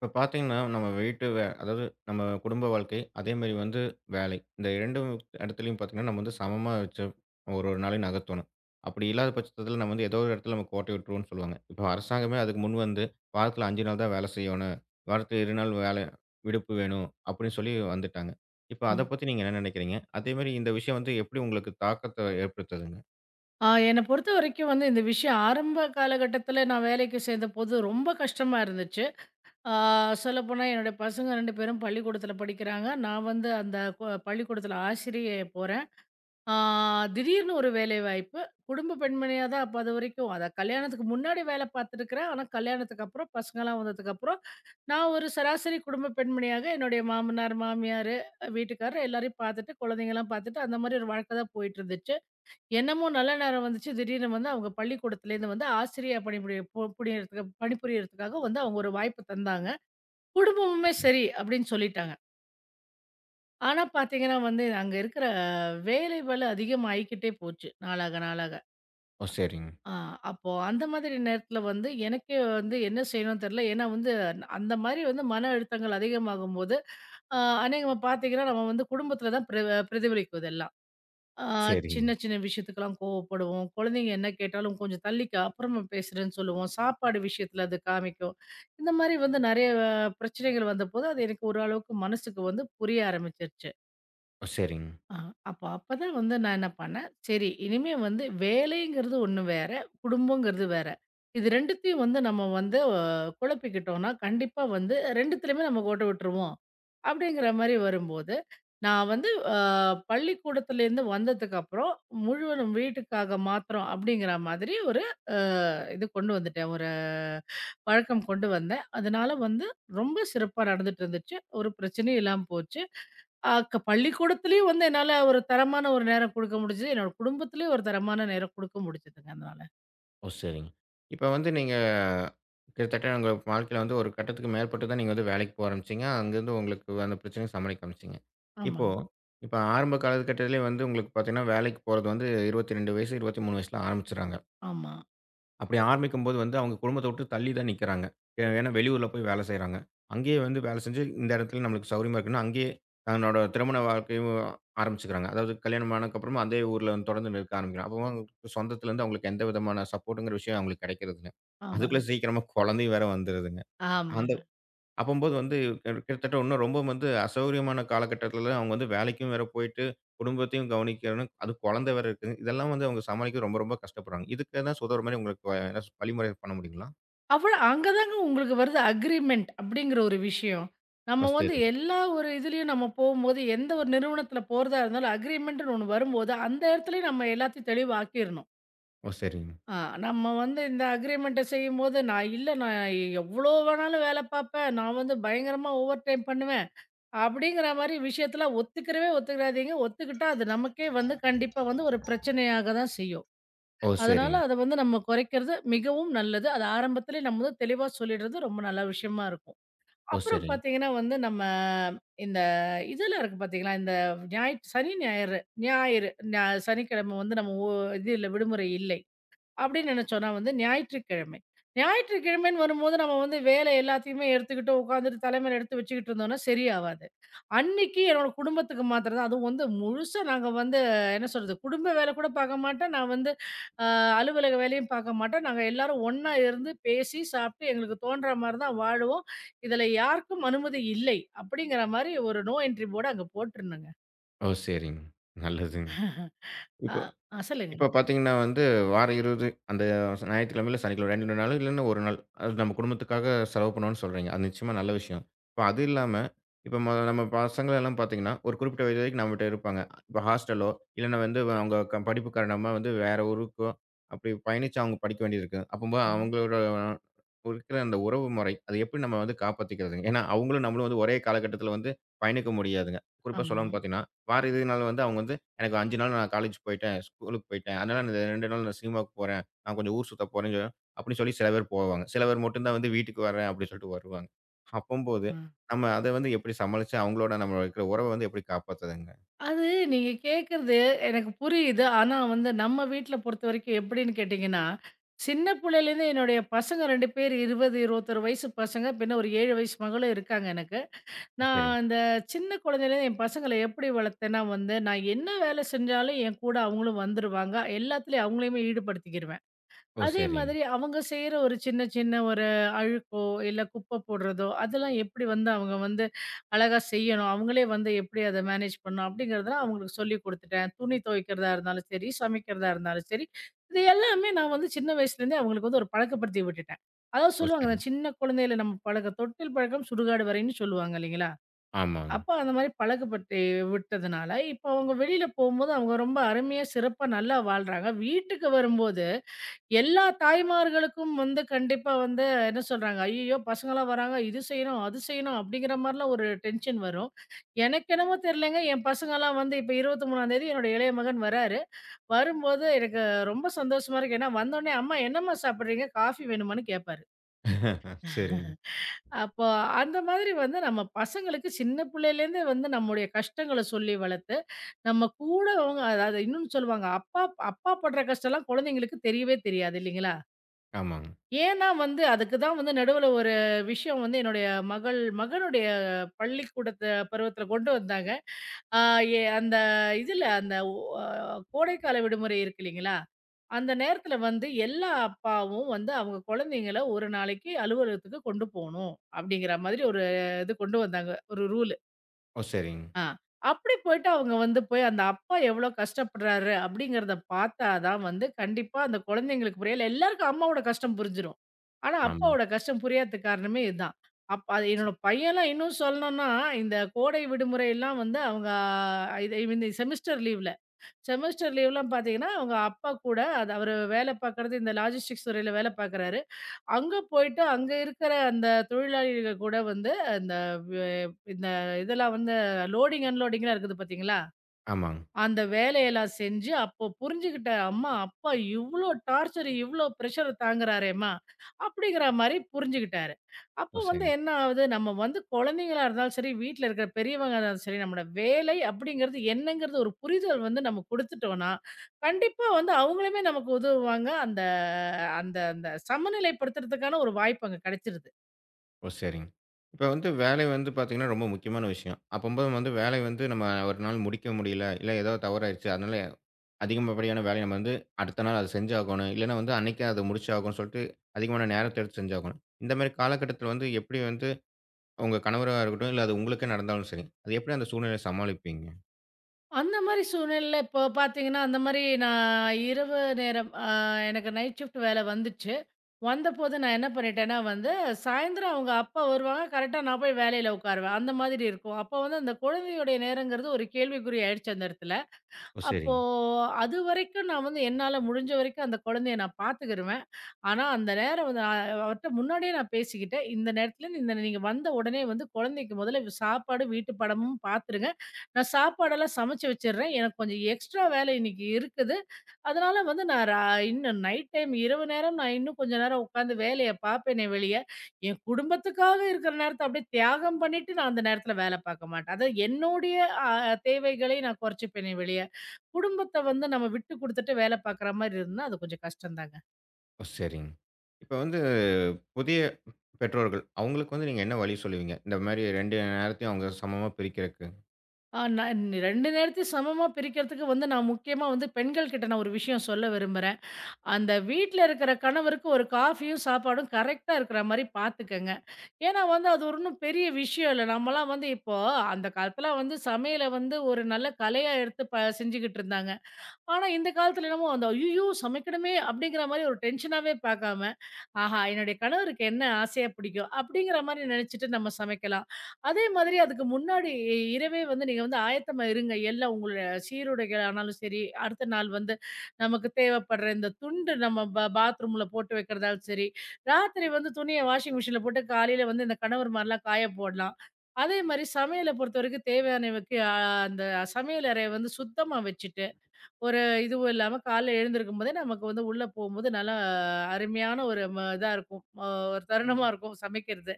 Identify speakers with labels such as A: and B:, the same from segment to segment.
A: இப்ப பார்த்தீங்கன்னா, நம்ம வெயிட்டு வே அதாவது நம்ம குடும்ப வாழ்க்கை, அதேமாரி வந்து வேலை. இந்த 2 இடத்துலயும் பார்த்தீங்கன்னா, நம்ம வந்து சமமா வச்சு ஒரு ஒரு நாளையும் நகர்த்தணும். அப்படி இல்லாத பட்சத்தில நம்ம வந்து ஏதோ ஒரு இடத்துல நம்ம கோட்டை விட்டுருவோம்ன்னு சொல்லுவாங்க. இப்ப அரசாங்கமே அதுக்கு முன் வந்து, வாரத்தில 5 நாள் தான் வேலை செய்யணும். வாரத்தில 2 நாள் வேலை விடுப்பு வேணும் அப்படின்னு சொல்லி வந்துட்டாங்க. இப்ப அத
B: ம்.
A: பத்தி நீங்க என்ன நினைக்கிறீங்க? அதேமாரி இந்த விஷயம் வந்து எப்படி உங்களுக்கு தாக்கத்த ஏற்படுத்துதுங்க?
B: ஆ என்ன பொறுத்தவரைக்கும் இந்த விஷயம் ஆரம்ப காலகட்டத்தில நான் வேலைக்கு சேர்ந்தபோது ரொம்ப கஷ்டமா இருந்துச்சு. ஆ சொல்லப்போனா என்னுடைய பசங்க 2 பேரும் பள்ளிக்கூடத்தில படிக்கிறாங்க. நான் அந்த பள்ளிக்கூடத்தில ஆசிரியை போறேன். ஆ திடீர்னு ஒரு வேலைவாய்ப்பு. குடும்ப பெண்மணியா தான் அப்ப அதுவரைக்கும் அதான் கல்யாணத்துக்கு முன்னாடி வேலை பார்த்துருக்கிறேன். ஆனா கல்யாணத்துக்கு அப்புறம் பசங்கலாம் வந்ததுக்கப்புறம், நான் ஒரு சராசரி குடும்ப பெண்மணியாக என்னுடைய மாமனார், மாமியாரு, வீட்டுக்காரர் எல்லாரையும் பார்த்துட்டு, குழந்தைங்கலாம் பார்த்துட்டு அந்த மாரி ஒரு வாழ்க்கை தான் போயிட்டுருந்துச்சு. என்னமோ நல்ல நேரம் வந்துச்சு. திடீர்னு அவங்க பள்ளிக்கூடத்துலேருந்து ஆசிரியா பணிபுரிய பு புரியறதுக்கு பணிபுரியறதுக்காக அவங்க ஒரு வாய்ப்பு தந்தாங்க. குடும்பமுமே சரி அப்படின்னு சொல்லிட்டாங்க. ஆனா பார்த்தீங்கன்னா, அங்க இருக்கிற வேலை பளு அதிகமாயிக்கிட்டே போச்சு. நாளாக நாளாக.
A: ஓ! சரிங்க.
B: ஆ அப்போ அந்த மாதிரி நேரத்தில எனக்கே என்ன செய்யணும்னு தெரியல. ஏன்னா அந்த மாரி மன அழுத்தங்கள் அதிகமாகும்போது, அ அநேகமா பார்த்தீங்கன்னா, நம்ம குடும்பத்தில தான் பிரதிபலிக்கும் இதெல்லாம். ஆ
A: சரிங்க.
B: சின்ன, சின்ன விஷயத்துக்கெல்லாம் கோவப்படுவோம். குழந்தைங்க என்ன கேட்டாலும் கொஞ்சம் தள்ளிக்க, அப்புறமா பேசுறேன்னு சொல்லுவோம். சாப்பாடு விஷயத்துல அது காமிக்கும். இந்த மாரி நெறைய பிரச்சனைகள் வந்தபோது, அது எனக்கு ஓரளவுக்கு மனசுக்கு புரிய ஆரம்பிச்சிருச்சு.
A: ஓ! சரிங்க.
B: ஆ, அப்ப அப்பதான் நான் என்ன பண்ணேன், சரி இனிமே வேலைங்கிறது ஒண்ணு வேற, குடும்பங்கிறது வேற. இது 2த்தையும் நம்ம வந்து அ குழப்பிக்கிட்டோம்னா, கண்டிப்பா 2த்துலயுமே நம்ம கோட்ட விட்டுருவோம். அப்படிங்கிற மாரி வரும்போது, நான் வந்து அ பள்ளிக்கூடத்துலேருந்து வந்ததுக்கப்புறம், முழுவதும் வீட்டுக்காக மாத்திரம் அப்படிங்கிற மாதிரி ஒரு அ இது கொண்டு வந்துட்டேன். ஒரு பழக்கம் கொண்டு வந்தேன். அதனால ரொம்ப சிறப்பா நடந்துட்டு இருந்துச்சு. ஒரு பிரச்சனையும் இல்லாம போச்சு. அ க பள்ளிக்கூடத்திலயும் என்னால ஒரு தரமான ஒரு நேரம் குடுக்க முடிஞ்சது. என்னோட குடும்பத்திலயும் ஒரு தரமான நேரம் குடுக்க முடிஞ்சதுங்க அதனால.
A: ஓ! சரிங்க. இப்ப வந்து நீங்க கிட்டத்தட்ட உங்க வாழ்க்கையில வந்து ஒரு கட்டத்துக்கு மேற்பட்டு தான் நீங்க வந்து வேலைக்கு போக ஆரம்பிச்சீங்க. அங்கருந்து உங்களுக்கு அந்த பிரச்சனைய சமாளிக்க ஆரம்பிச்சீங்க. இப்போ
B: ஆமாங்க.
A: இப்ப ஆரம்ப காலகட்டத்திலே வந்து உங்களுக்கு பார்த்தீங்கன்னா, வேலைக்கு போறது வந்து 22 வயசு, 23 வயசுல ஆரம்பிச்சுடுறாங்க.
B: ஆமா.
A: அப்படி ஆரம்பிக்கும்போது வந்து அவங்க குடும்பத்த விட்டு தள்ளி தான் நிக்கிறாங்க. ஏன்னா வெளியூர்ல போய் வேலை செய்றாங்க. அங்கேயே வந்து வேலை செஞ்சு இந்த இடத்துல நம்மளுக்கு சௌகரியமா இருக்குன்னு அங்கேயே தன்னோட திருமண வாழ்க்கையும் ஆரம்பிச்சுக்கிறாங்க. அதாவது கல்யாணம் ஆனதுக்கப்புறமும் அதே ஊர்ல வந்து தொடர்ந்து இருக்க ஆரம்பிக்கிறாங்க. அப்போ அவங்களுக்கு சொந்தத்திலேருந்து அவங்களுக்கு எந்த விதமான சப்போர்ட்ங்கிற விஷயம் அவங்களுக்கு கிடைக்கிறதில்ல.
B: ஆமாங்க.
A: அதுக்குள்ள சீக்கிரமா குழந்தையும் வேற வந்துருதுங்க. அந்த
B: ஆமாங்க.
A: அப்பம்போது வந்து கிட்டத்தட்ட இன்னும் ரொம்ப வந்து அசௌகரியமான காலகட்டத்தில அவங்க வந்து வேலைக்கும் வேற போயிட்டு, குடும்பத்தையும் கவனிக்கணும். அதுவும் குழந்தை வேற இருக்கு. இதெல்லாம் வந்து அவங்க சமாளிக்க ரொம்ப, ரொம்ப கஷ்டப்படுறாங்க. இதுக்கு எதனா உதவுற மாரி உங்களுக்கு ஏதாச்சும் வழிமுறை பண்ண முடியுங்களா?
B: அவ்வள அங்க தாங்க உங்களுக்கு வருது அக்ரிமெண்ட் அப்படிங்கிற ஒரு விஷயம்.
A: ஓ!
B: நம்ம
A: சரிங்க.
B: எல்லா ஒரு இதுலயும் நம்ம போம்போது, எந்த ஒரு நிறுவனத்தில போறதா இருந்தாலும் அக்ரிமெண்ட்ன்னு ஒண்ணு வரும்போது, அந்த இடத்துலயும் நம்ம எல்லாத்தையும் தெளிவாக்கிரணும்.
A: ஓ! சரிங்க.
B: ஆ நம்ம இந்த அக்ரிமெண்ட்ட செய்யும்போது, நான் எவ்வளோ வேணாலும் வேல பார்ப்பேன். நான் பயங்கரமா ஓவர் டைம் பண்ணுவேன். அப்படிங்கிற மாரி விஷயத்துல ஒத்துக்கிறவே ஒத்துக்கிறாதீங்க. ஒத்துக்கிட்டா அது நமக்கே கண்டிப்பா ஒரு பிரச்சனையாக தான் செய்யும்.
A: ஓ!
B: அதனால
A: சரிங்க.
B: அத நம்ம குறைக்கிறது மிகவும் நல்லது. அது ஆரம்பத்திலே நம்ம தெளிவா சொல்லிடுறது ரொம்ப நல்ல விஷயமா இருக்கும்.
A: ஓ!
B: அப்புறம்
A: சரிங்க.
B: பார்த்தீங்கன்னா நம்ம இந்த இதெல்லாம் இருக்கு பார்த்தீங்களா, இந்த ஞாயிற் சனி, ஞாயிறு ஞாயிறு ஞா சனிக்கிழமை நம்ம இது இல்ல விடுமுறை இல்லை. அப்படின்னு நினைச்சோம். நான் ஞாயிற்றுக்கிழமை. ஞாயிற்றுக்கிழமைன்னு வரும்போது நம்ம வேலை எல்லாத்தையுமே எடுத்துக்கிட்டு உட்காந்துட்டு தலைமையில எடுத்து வச்சுக்கிட்டு இருந்தோம்னா சரியாவாது. அன்னைக்கு என்னோட குடும்பத்துக்கு மாத்திரம் தான் அதுவும் முழுசா நாங்க என்ன சொல்றது, குடும்ப வேலை கூட பார்க்க மாட்டேன். நான் வந்து அ அலுவலக வேலையும் பார்க்க மாட்டேன். நாங்க எல்லாரும் ஒண்ணா இருந்து பேசி, சாப்பிட்டு எங்களுக்கு தோன்ற மாரி தான் வாழுவோம். இதுல யாருக்கும் அனுமதி இல்லை. அப்படிங்கிற மாரி ஒரு நோ என்ட்ரி போர்டு அங்க போட்டிருந்தோங்க.
A: ஓ! சரிங்க. நல்லதுங்க.
B: அ,
A: இப்போ
B: அ சொல்லுங்க.
A: இப்ப பார்த்தீங்கன்னா வந்து, வார 20 அந்த ஞாயிற்றுக்கிழமையில சனிக்கிழமை 2 நாள் இல்லன்னா 1 நாள். அது நம்ம குடும்பத்துக்காக செலவு பண்ணுவோம்ன்னு சொல்றீங்க. அது நிச்சயமா நல்ல விஷயம். இப்ப அது இல்லாம, இப்ப நம்ம பசங்கள எல்லாம் பார்த்தீங்கன்னா, ஒரு குறிப்பிட்ட வயது வரைக்கும் நம்மட்ட இருப்பாங்க. இப்ப ஹாஸ்டலோ, இல்லன்னா வந்து அவங்க படிப்பு காரணமா வந்து வேற ஊருக்கோ, அப்படி பயணிச்சு அவங்க படிக்க வேண்டியது இருக்கு. அப்பம்போது
B: ம்.
A: அவங்களோட இருக்கிற அந்த உறவு முறை, அதை எப்படி நம்ம வந்து காப்பாத்திக்கிறதுங்க? ஏன்னா, அவங்களும் நம்மளும் வந்து ஒரே காலகட்டத்தில வந்து பயணிக்க முடியாதுங்க. குறிப்பா
B: ஆமா.
A: சொல்லணும்னு பார்த்தீங்கன்னா, வார இறுதி நாள் வந்து அவங்க வந்து எனக்கு 5 நாள் நான் காலேஜ் போயிட்டேன், ஸ்கூலுக்கு போயிட்டேன். அதனால அந்த 2 நாள் நான் சினிமாவுக்கு போறேன். நான் கொஞ்சம் ஊர் சுத்த போறேன்னு அப்படின்னு சொல்லி சில பேர் போவாங்க. சில பேர் மட்டும் தான் வந்து வீட்டுக்கு வரேன் அப்படின்னு சொல்லிட்டு வருவாங்க. அப்பம்போது
B: ஆ.
A: நம்ம அத வந்து எப்படி சமாளிச்சு அவங்களோட நம்ம இருக்கிற உறவ வந்து எப்படி காப்பாத்துறதுங்க?
B: அது நீங்க கேட்கறது எனக்கு புரியுது. ஆனா நம்ம வீட்ல பொறுத்தவரைக்கும் எப்படின்னு கேட்டீங்கன்னா, சின்ன புள்ளையிலேருந்து என்னுடைய பசங்க 2 பேர் 20, 21 வயசு பசங்க. பின்ன ஒரு 7 வயசு மகளும் இருக்காங்க எனக்கு.
A: ஓ!
B: நான்
A: சரிங்க.
B: அந்த சின்ன குழந்தையிலேருந்து என் பசங்கள எப்படி வளர்த்தேன்னா, நான் என்ன வேலை செஞ்சாலும் என் கூட அவங்களும் வந்துருவாங்க. எல்லாத்துலயும் அவங்களையுமே ஈடுபடுத்திக்கிருவேன்.
A: ஓ!
B: அதே
A: சரிங்க.
B: மாதிரி அவங்க செய்ற ஒரு சின்ன சின்ன ஒரு அழுக்கோ, இல்ல குப்பை போடுறதோ, அதெல்லாம் எப்படி அவங்க அழகா செய்யணும். அவங்களே எப்படி அத மேனேஜ் பண்ணணும் அப்படிங்கிறதெல்லாம் அவங்களுக்கு சொல்லிக் குடுத்துட்டேன். துணி துவைக்கிறதா இருந்தாலும் சரி, சமைக்கிறதா இருந்தாலும் சரி, இது எல்லாமே நான் சின்ன வயசுலேருந்தே அவங்களுக்கு ஒரு பழக்கப்படுத்தி விட்டுட்டேன். அதாவது
A: ஓ!
B: சொல்லுவாங்க, அந்த
A: சரிங்க.
B: சின்ன குழந்தையில நம்ம பழக்கம் தொட்டில் பழக்கம் சுடுகாடு வரைன்னு சொல்லுவாங்க இல்லைங்களா?
A: ஆமாங்க.
B: அப்ப அந்த மாரி பழக்கப்படுத்தி விட்டதுனால, இப்ப அவங்க வெளியில போகும்போது அவங்க ரொம்ப அருமையா, சிறப்பா நல்லா வாழ்றாங்க. வீட்டுக்கு வரும்போது எல்லா தாய்மார்களுக்கும் கண்டிப்பா என்ன சொல்றாங்க, "ஐயய்யோ! பசங்கலாம் வராங்க. இது செய்யணும், அது செய்யணும்." அப்படிங்கிற மாரிலாம் ஒரு டென்ஷன் வரும். எனக்கு என்னமோ தெரியலங்க, என் பசங்கலாம் இப்ப 23ஆந்தேதி என்னோட இளைய மகன் வராரு. வரும்போது எனக்கு ரொம்ப சந்தோஷமா இருக்கு. ஏன்னா, வந்தோனே, "அம்மா என்னம்மா சாப்பிடுறீங்க? காஃபி வேணுமான்னு?" கேட்பாரு.
A: சரிங்க.
B: அப்போ அந்த மாதிரி நம்ம பசங்களுக்கு சின்ன பிள்ளையிலேருந்தே நம்முடைய கஷ்டங்கள சொல்லி வளர்த்து, நம்ம கூட அவங்க அதாவது இன்னொன்னு சொல்லுவாங்க, அப்பா அப்பா படுற கஷ்டம்லாம் குழந்தைங்களுக்கு தெரியவே தெரியாது இல்லைங்களா?
A: ஆமாங்க.
B: ஏன்னா அதுக்கு தான் நடுவுல ஒரு விஷயம் என்னுடைய மகனுடைய பள்ளிக்கூடத்து பருவத்துல கொண்டு வந்தாங்க. ஆ எ அந்த இதுல அந்த ஒ அ கோடைக்கால விடுமுறை இருக்கு இல்லைங்களா? அந்த நேரத்துல எல்லா அப்பாவும் அவங்க குழந்தைங்கள ஒரு நாளைக்கு அலுவலகத்துக்கு கொண்டு போணும். அப்படிங்கிற மாதிரி ஒரு இது கொண்டு வந்தாங்க. ஒரு ரூல்.
A: ஓ! சரிங்க.
B: ஆ. அப்படி போயிட்டு அவங்க போய் அந்த அப்பா எவ்வளோ கஷ்டப்படுறாரு அப்படிங்கிறத பார்த்தா தான் கண்டிப்பா அந்த குழந்தைங்களுக்கு புரியல. எல்லாருக்கும் அம்மாவோட கஷ்டம் புரிஞ்சிரும். ஆனா
A: ஆமாங்க.
B: அப்பாவோட கஷ்டம் புரியாததுக்கு காரணமே இதுதான். அப்ப அது என்னோட பையன்லாம் இன்னும் சொல்லணும்னா, இந்த கோடை விடுமுறையெல்லாம் அவங்க ஆ, இது இந்த செமஸ்டர் லீவ்லாம் பார்த்தீங்கன்னா, அவங்க அப்பா கூட அது அவரு வேலை பார்க்குறது இந்த லாஜிஸ்டிக்ஸ் துறையில வேலை பார்க்குறாரு. அங்க போயிட்டு அங்க இருக்கிற அந்த தொழிலாளிகள் கூட அந்த வ இந்த இதெல்லாம் வந்து லோடிங், அன்லோடிங்லாம் இருக்குது பார்த்தீங்களா?
A: ஆமாங்க.
B: அந்த வேலையெல்லாம் செஞ்சு, அப்போ புரிஞ்சுகிட்டேன். அம்மா, அப்பா இவ்ளோ டார்ச்சர், இவ்ளோ பிரஷர தாங்குறாரேம்மா! அப்படிங்கிற மாரி புரிஞ்சுகிட்டாரு. அப்போ
A: ஓ! சரிங்க.
B: என்ன ஆகுது, நம்ம குழந்தைங்களா இருந்தாலும் சரி, வீட்ல இருக்கிற பெரியவங்களா இருந்தாலும் சரி, நம்மோட வேலை அப்படிங்கிறது என்னங்கிறது ஒரு புரிதல் நம்ம குடுத்துட்டோம்ன்னா, கண்டிப்பா அவங்களுமே நமக்கு உதவுவாங்க. அந்த அந்த அந்த சமநிலைப்படுத்துறதுக்கான ஒரு வாய்ப்பு அங்க கிடைச்சிருது.
A: ஓ! சரிங்க. இப்ப வந்து வேலை வந்து பார்த்தீங்கன்னா, ரொம்ப முக்கியமான விஷயம். அப்பம்போது வந்து வேலை வந்து நம்ம ஒரு நாள் முடிக்க முடியல, இல்ல ஏதோ தவறாயிருச்சு. அதனால அதிகப்படியான வேலைய நம்ம வந்து அடுத்த நாள் அத செஞ்சாகணும். இல்லன்னா வந்து அன்னைக்கே அத முடிச்சாகணும்னு சொல்லிட்டு, அதிகமான நேரத்த எடுத்து செஞ்சாகணும். இந்த மாரி காலகட்டத்தில வந்து எப்படி வந்து உங்க கணவரா இருக்கட்டும், இல்ல அது உங்களுக்கே நடந்தாலும் சரி, அது எப்படி அந்த சூழ்நிலைய சமாளிப்பீங்க?
B: அந்த மாரி சூழ்நிலையில இப்போ பார்த்தீங்கன்னா, அந்த மாரி நான் இரவு நேரம் எனக்கு நைட் ஷிஃப்ட் வேல வந்துச்சு. வந்தபோது நான் என்ன பண்ணிட்டேன்னா, சாயந்தரம் அவங்க அப்பா வருவாங்க. கரெக்ட்டா நான் போய் வேலையில உட்காருவேன். அந்த மாதிரி இருக்கும். அப்போ அந்த குழந்தையுடைய நேரங்கிறது ஒரு கேள்விக்குறி ஆயிடுச்சு அந்த இடத்துல.
A: ஓ!
B: அப்போ
A: சரிங்க.
B: அதுவரைக்கும் நான் என்னால முடிஞ்ச வரைக்கும் அந்த குழந்தைய நான் பார்த்துக்கிருவேன். ஆனா, அந்த நேரம் நான் அவர்ட்ட முன்னாடியே நான் பேசிக்கிட்டேன். இந்த நேரத்துல இருந்து இந்த நீங்க வந்த உடனே குழந்தைக்கு முதல்ல சாப்பாடு, வீட்டு படமும் பார்த்துருங்க. நான் சாப்பாடெல்லாம் சமைச்சு வச்சுடுறேன். எனக்கு கொஞ்சம் எக்ஸ்ட்ரா வேலை இன்னைக்கு இருக்குது. அதனால நான் ரா இன்னும் நைட் டைம் இரவு நேரம் நான் இன்னும் கொஞ்ச நேரம் உட்காந்து வேலைய பார்ப்பேனே வெளிய. என் குடும்பத்துக்காக இருக்கிற நேரத்த அப்படியே தியாகம் பண்ணிட்டு நான் அந்த நேரத்துல வேல பார்க்க மாட்டேன். அதாவது என்னுடைய அ தேவைகளை நான் குறைச்சுப்பேனே வெளிய. குடும்பத்த நம்ம விட்டு குடுத்துட்டு வேலை பார்க்குற மாரி இருந்தா, அது கொஞ்சம் கஷ்டம்தாங்க.
A: ஓ! சரிங்க. இப்ப வந்து புதிய பெற்றோர்கள், அவங்களுக்கு வந்து நீங்க என்ன வழி சொல்லுவீங்க? இந்த மாரி 2 நேரத்தையும் அவங்க சமமா பிரிக்கிறக்கு.
B: ஆ நான் 2 நேரத்தையும் சமமா பிரிக்கிறதுக்கு நான் முக்கியமா பெண்கள் கிட்ட நான் ஒரு விஷயம் சொல்ல விரும்புறேன். அந்த வீட்ல இருக்கிற கணவருக்கு ஒரு காஃபியும், சாப்பாடும் கரெக்ட்டா இருக்கிற மாரி பார்த்துக்கங்க. ஏன்னா அது ஒரு ஒண்ணும் பெரிய விஷயம் இல்ல. நம்மலாம் இப்போ அந்த காலத்துல சமையல ஒரு நல்ல கலையா எடுத்து செஞ்சுகிட்டு இருந்தாங்க. ஆனா, இந்த காலத்துல என்னமோ அந்த "ஐய்யயோ! சமைக்கணுமே!" அப்படிங்கிற மாரி ஒரு டென்ஷனாவே பார்க்காம, "ஆஹா! என்னுடைய கணவருக்கு என்ன ஆசையா பிடிக்கும்?" அப்படிங்கிற மாரி நெனச்சுட்டு நம்ம சமைக்கலாம். அதே மாதிரி அதுக்கு முன்னாடி இரவே நீங்க ஆயத்தமா இருங்க. எல்லாம் உங்களுடைய சீருடைகள் ஆனாலும் சரி, அடுத்த நாள் நமக்கு தேவைப்படுற இந்த துண்டு நம்ம பாத்ரூம்ல போட்டு வைக்கிறதாலும் சரி, ராத்திரி துணிய வாஷிங் மிஷின்ல போட்டு காலையில இந்த கணவர்மார்லாம் காய போடலாம். அதே மாரி சமையல பொறுத்தவரைக்கும் தேவையானவைக்கு அந்த சமையல் அறைய சுத்தமா வச்சுட்டு ஒரு இதுவும் இல்லாம காலைல எழுந்திருக்கும்போதே நமக்கு உள்ள போகும்போது நல்லா அருமையான ஒரு இதா இருக்கும். ஒரு தருணமா இருக்கும் சமைக்கிறது.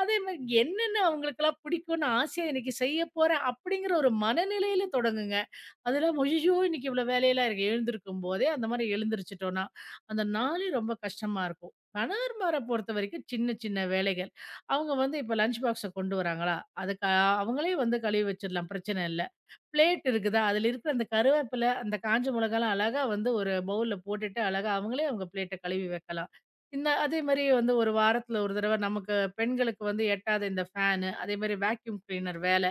B: அதே மாரி என்னென்ன அவங்களுக்கெல்லாம் பிடிக்கும்னு ஆசையா இன்னைக்கு செய்ய போறேன் அப்படிங்கிற ஒரு மனநிலையில தொடங்குங்க. அதெல்லாம் "அய்யய்யோ! இன்னைக்கு இவ்வளோ வேலையெல்லாம் இருக்கு." எழுந்திருக்கும் போதே அந்த மாரி எழுந்திரிச்சுட்டோம்னா, அந்த நாளே ரொம்ப கஷ்டமா இருக்கும். கணவர்மார பொறுத்தவரைக்கும் சின்ன சின்ன வேலைகள். அவங்க இப்ப லஞ்ச் பாக்ஸ கொண்டு வராங்களா, அதுக்கு அவங்களே கழுவி வச்சிடலாம் பிரச்சனை இல்ல. பிளேட் இருக்குதா, அதில இருக்கிற அந்த கருவேப்பில, அந்த காஞ்ச மிளகாலாம் அழகா ஒரு பவுல்ல போட்டுட்டு அழகா அவங்களே அவங்க பிளேட்ட கழுவி வைக்கலாம். அதே மாரி ஒரு வாரத்துல ஒரு தடவ நமக்கு பெண்களுக்கு எட்டாத இந்த ஃபேனு, அதே மாரி வேக்யூம் கிளீனர் வேல,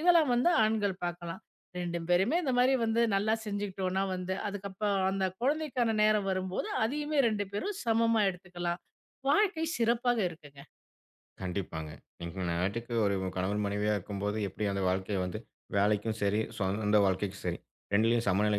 B: இதெல்லாம் ஆண்கள் பார்க்கலாம். 2 பேருமே இந்த மாரி நல்லா செஞ்சுக்கிட்டோம்னா, அதுக்கப்புறம் அந்த குழந்தைக்கான நேரம் வரும்போது, அதையுமே 2 பேரும் சமமா எடுத்துக்கலாம். வாழ்க்கை சிறப்பாக இருக்குங்க.
A: கண்டிப்பாங்க. நீங்க நாட்டுக்கு ஒரு கணவன் மனைவியா இருக்கும்போது, எப்படி அந்த வாழ்க்கைய வந்து வேலைக்கும் சரி, சொந்த வாழ்க்கைக்கும் சரி, 2லயும் சமநிலை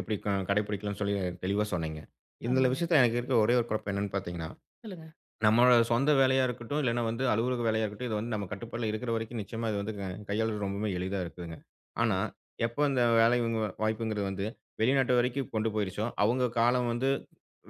A: எப்படி கடைபிடிக்கலாம்னு சொல்லி தெளிவா சொன்னீங்க. இந்த
B: ஆமாங்க.
A: விஷயத்துல எனக்கு இருக்க ஒரே ஒரு குழப்பம் என்னன்னு பார்த்தீங்கன்னா,
B: சொல்லுங்க.
A: நம்மளோட சொந்த வேலையா இருக்கட்டும், இல்லன்னா வந்து அலுவலக வேலையா இருக்கட்டும், இது வந்து நம்ம கட்டுப்பாட்ல இருக்கிற வரைக்கும் நிச்சயமா இது வந்து கையாளுறது ரொம்பவுமே எளிதா இருக்குதுங்க. ஆனா,
B: ம்.
A: எப்போ இந்த வேலை வாய்ப்புங்கிறது வந்து வெளிநாட்டு வரைக்கும் கொண்டு போயிருச்சோ, அவங்க காலம் வந்து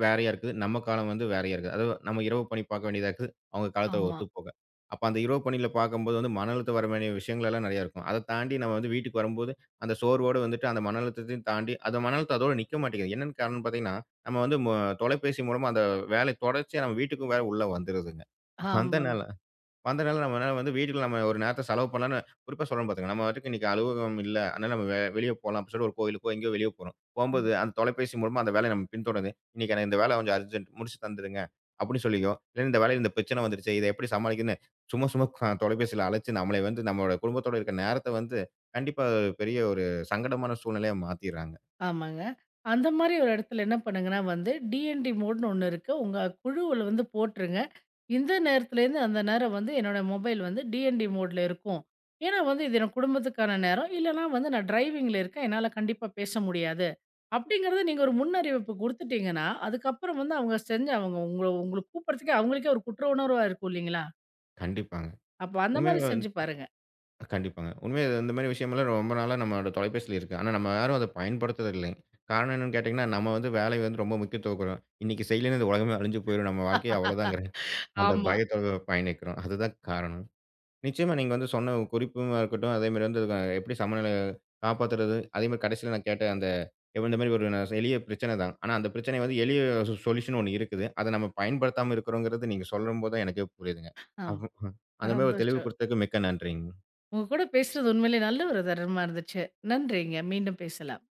A: வேறையா இருக்குது. நம்ம காலம் வந்து வேறையா இருக்குது. அதுவும் நம்ம இரவு பணி பார்க்க வேண்டியதா இருக்குது. அவங்க காலத்தோட
B: ஆமா.
A: ஒத்துப்போக. அப்ப அந்த இரவு பணியில பார்க்கும்போது வந்து மன அழுத்தம் வர வேண்டிய விஷயங்கள் எல்லாம் நெறையா இருக்கும். அத தாண்டி நம்ம வந்து வீட்டுக்கு வரும்போது, அந்த சோர்வோட வந்துட்டு அந்த மன அழுத்தத்தையும் தாண்டி அந்த மன அழுத்தம் அதோட நிக்க மாட்டேங்குது. என்னன்னு காரணம் பார்த்தீங்கன்னா, நம்ம வந்து தொலைபேசி மூலமா அந்த வேலை தொடர்ச்சியா நம்ம வீட்டுக்கும் வேற உள்ள வந்துருதுங்க.
B: ஆமாங்க.
A: வந்தனால வந்தனால நம்மனால வந்து வீட்டுக்கு நம்ம ஒரு நேரத்த செலவு பண்ணலான்னு குறிப்பா சொல்றேன் பாத்துக்கங்க. நம்ம பாட்டுக்கு இன்னைக்கு அலுவலகம் இல்ல. அதனால நம்ம வெளிய போலாம் அப்படி சொல்லி ஒரு கோயிலுக்கோ, எங்கேயோ வெளிய போறோம். போம்போது அந்த தொலைபேசி மூலமா அந்த வேலைய நம்ம பின்தொடருது. இன்னைக்கு எனக்கு இந்த வேலை கொஞ்சம் அர்ஜென்ட் முடிச்சு தந்துருங்க. அப்படின்னு சொல்லியோ, இல்ல இந்த வேலையில இந்த பிரச்சனை வந்துருச்சு. இத எப்படி சமாளிக்கன்னு சும்மா சும்மா தொலைபேசியில அழைச்சு நம்மள வந்து நம்மளோட குடும்பத்தோட இருக்க நேரத்த வந்து கண்டிப்பா ஒரு பெரிய ஒரு சங்கடமான சூழ்நிலையா மாத்திர்றாங்க.
B: ஆமாங்க. அந்த மாரி ஒரு இடத்துல என்ன பண்ணுங்கன்னா, டிஎன்டி மோடுன்னு ஒண்ணு இருக்கு. உங்க குழுவுல போட்டுருங்க. இந்த நேரத்துலேருந்து அந்த நேரம் என்னோட மொபைல் டிஎன்டி மோடுல இருக்கும். ஏன்னா இது என் குடும்பத்துக்கான நேரம். இல்லன்னா நான் டிரைவிங்ல இருக்கேன். என்னால கண்டிப்பா பேச முடியாது. அப்படிங்கிறத நீங்க ஒரு முன்னறிவிப்பு குடுத்துட்டீங்கன்னா, அதுக்கப்புறம் அவங்க செஞ்சு அவங்க உங்கள உங்கள கூப்பிடுறதுக்கே அவங்களுக்கே ஒரு குற்ற உணர்வா இருக்கும் இல்லைங்களா?
A: கண்டிப்பாங்க.
B: அப்ப அந்த மாரி
A: உண்மையாவே
B: செஞ்சு பாருங்க.
A: கண்டிப்பாங்க. உண்மையா இந்த மாரி விஷயமெல்லாம் ரொம்ப நாளா நம்மளோட தொலைபேசியில இருக்கு. ஆனா, நம்ம யாரும் அத பயன்படுத்துறது இல்லை. காரணம் என்னன்னு கேட்டீங்கன்னா, நம்ம வந்து வேலைய வந்து ரொம்ப முக்கியத்துவம் குடுக்கிறோம். இன்னைக்கு செய்யலைன்னா இந்த உலகமே அழிஞ்சு போயிரும். நம்ம வாழ்க்கை அவ்வளோதாங்கிற அந்த
B: ஆமா,
A: பயத்தோட பயணிக்கிறோம். அதுதான் காரணம். நிச்சயமா நீங்க வந்து சொன்ன குறிப்புமா இருக்கட்டும், அதே மாரி வந்து எப்படி சமநிலை காப்பாத்துறது, அதே மாரி கடைசியில நான் கேட்ட அந்த இந்த மாரி ஒரு நான் எளிய பிரச்சனை தான். ஆனா, அந்த பிரச்சனை வந்து எளிய சொல்யூஷன் ஒண்ணு இருக்குது. அத நம்ம பயன்படுத்தாம இருக்கிறோங்கிறது நீங்க சொல்லும்போது தான் எனக்கே புரியுதுங்க.
B: ஆமா.
A: அப்ப அந்த மாரி ஒரு தெளிவு
B: சந்தோஷம்.
A: குடுத்ததுக்கு மிக்க நன்றிங்க.
B: உங்க கூட பேசுறது உண்மையிலேயே நல்ல ஒரு தருணமா இருந்துச்சு. நன்றிங்க. மீண்டும் பேசலாம்.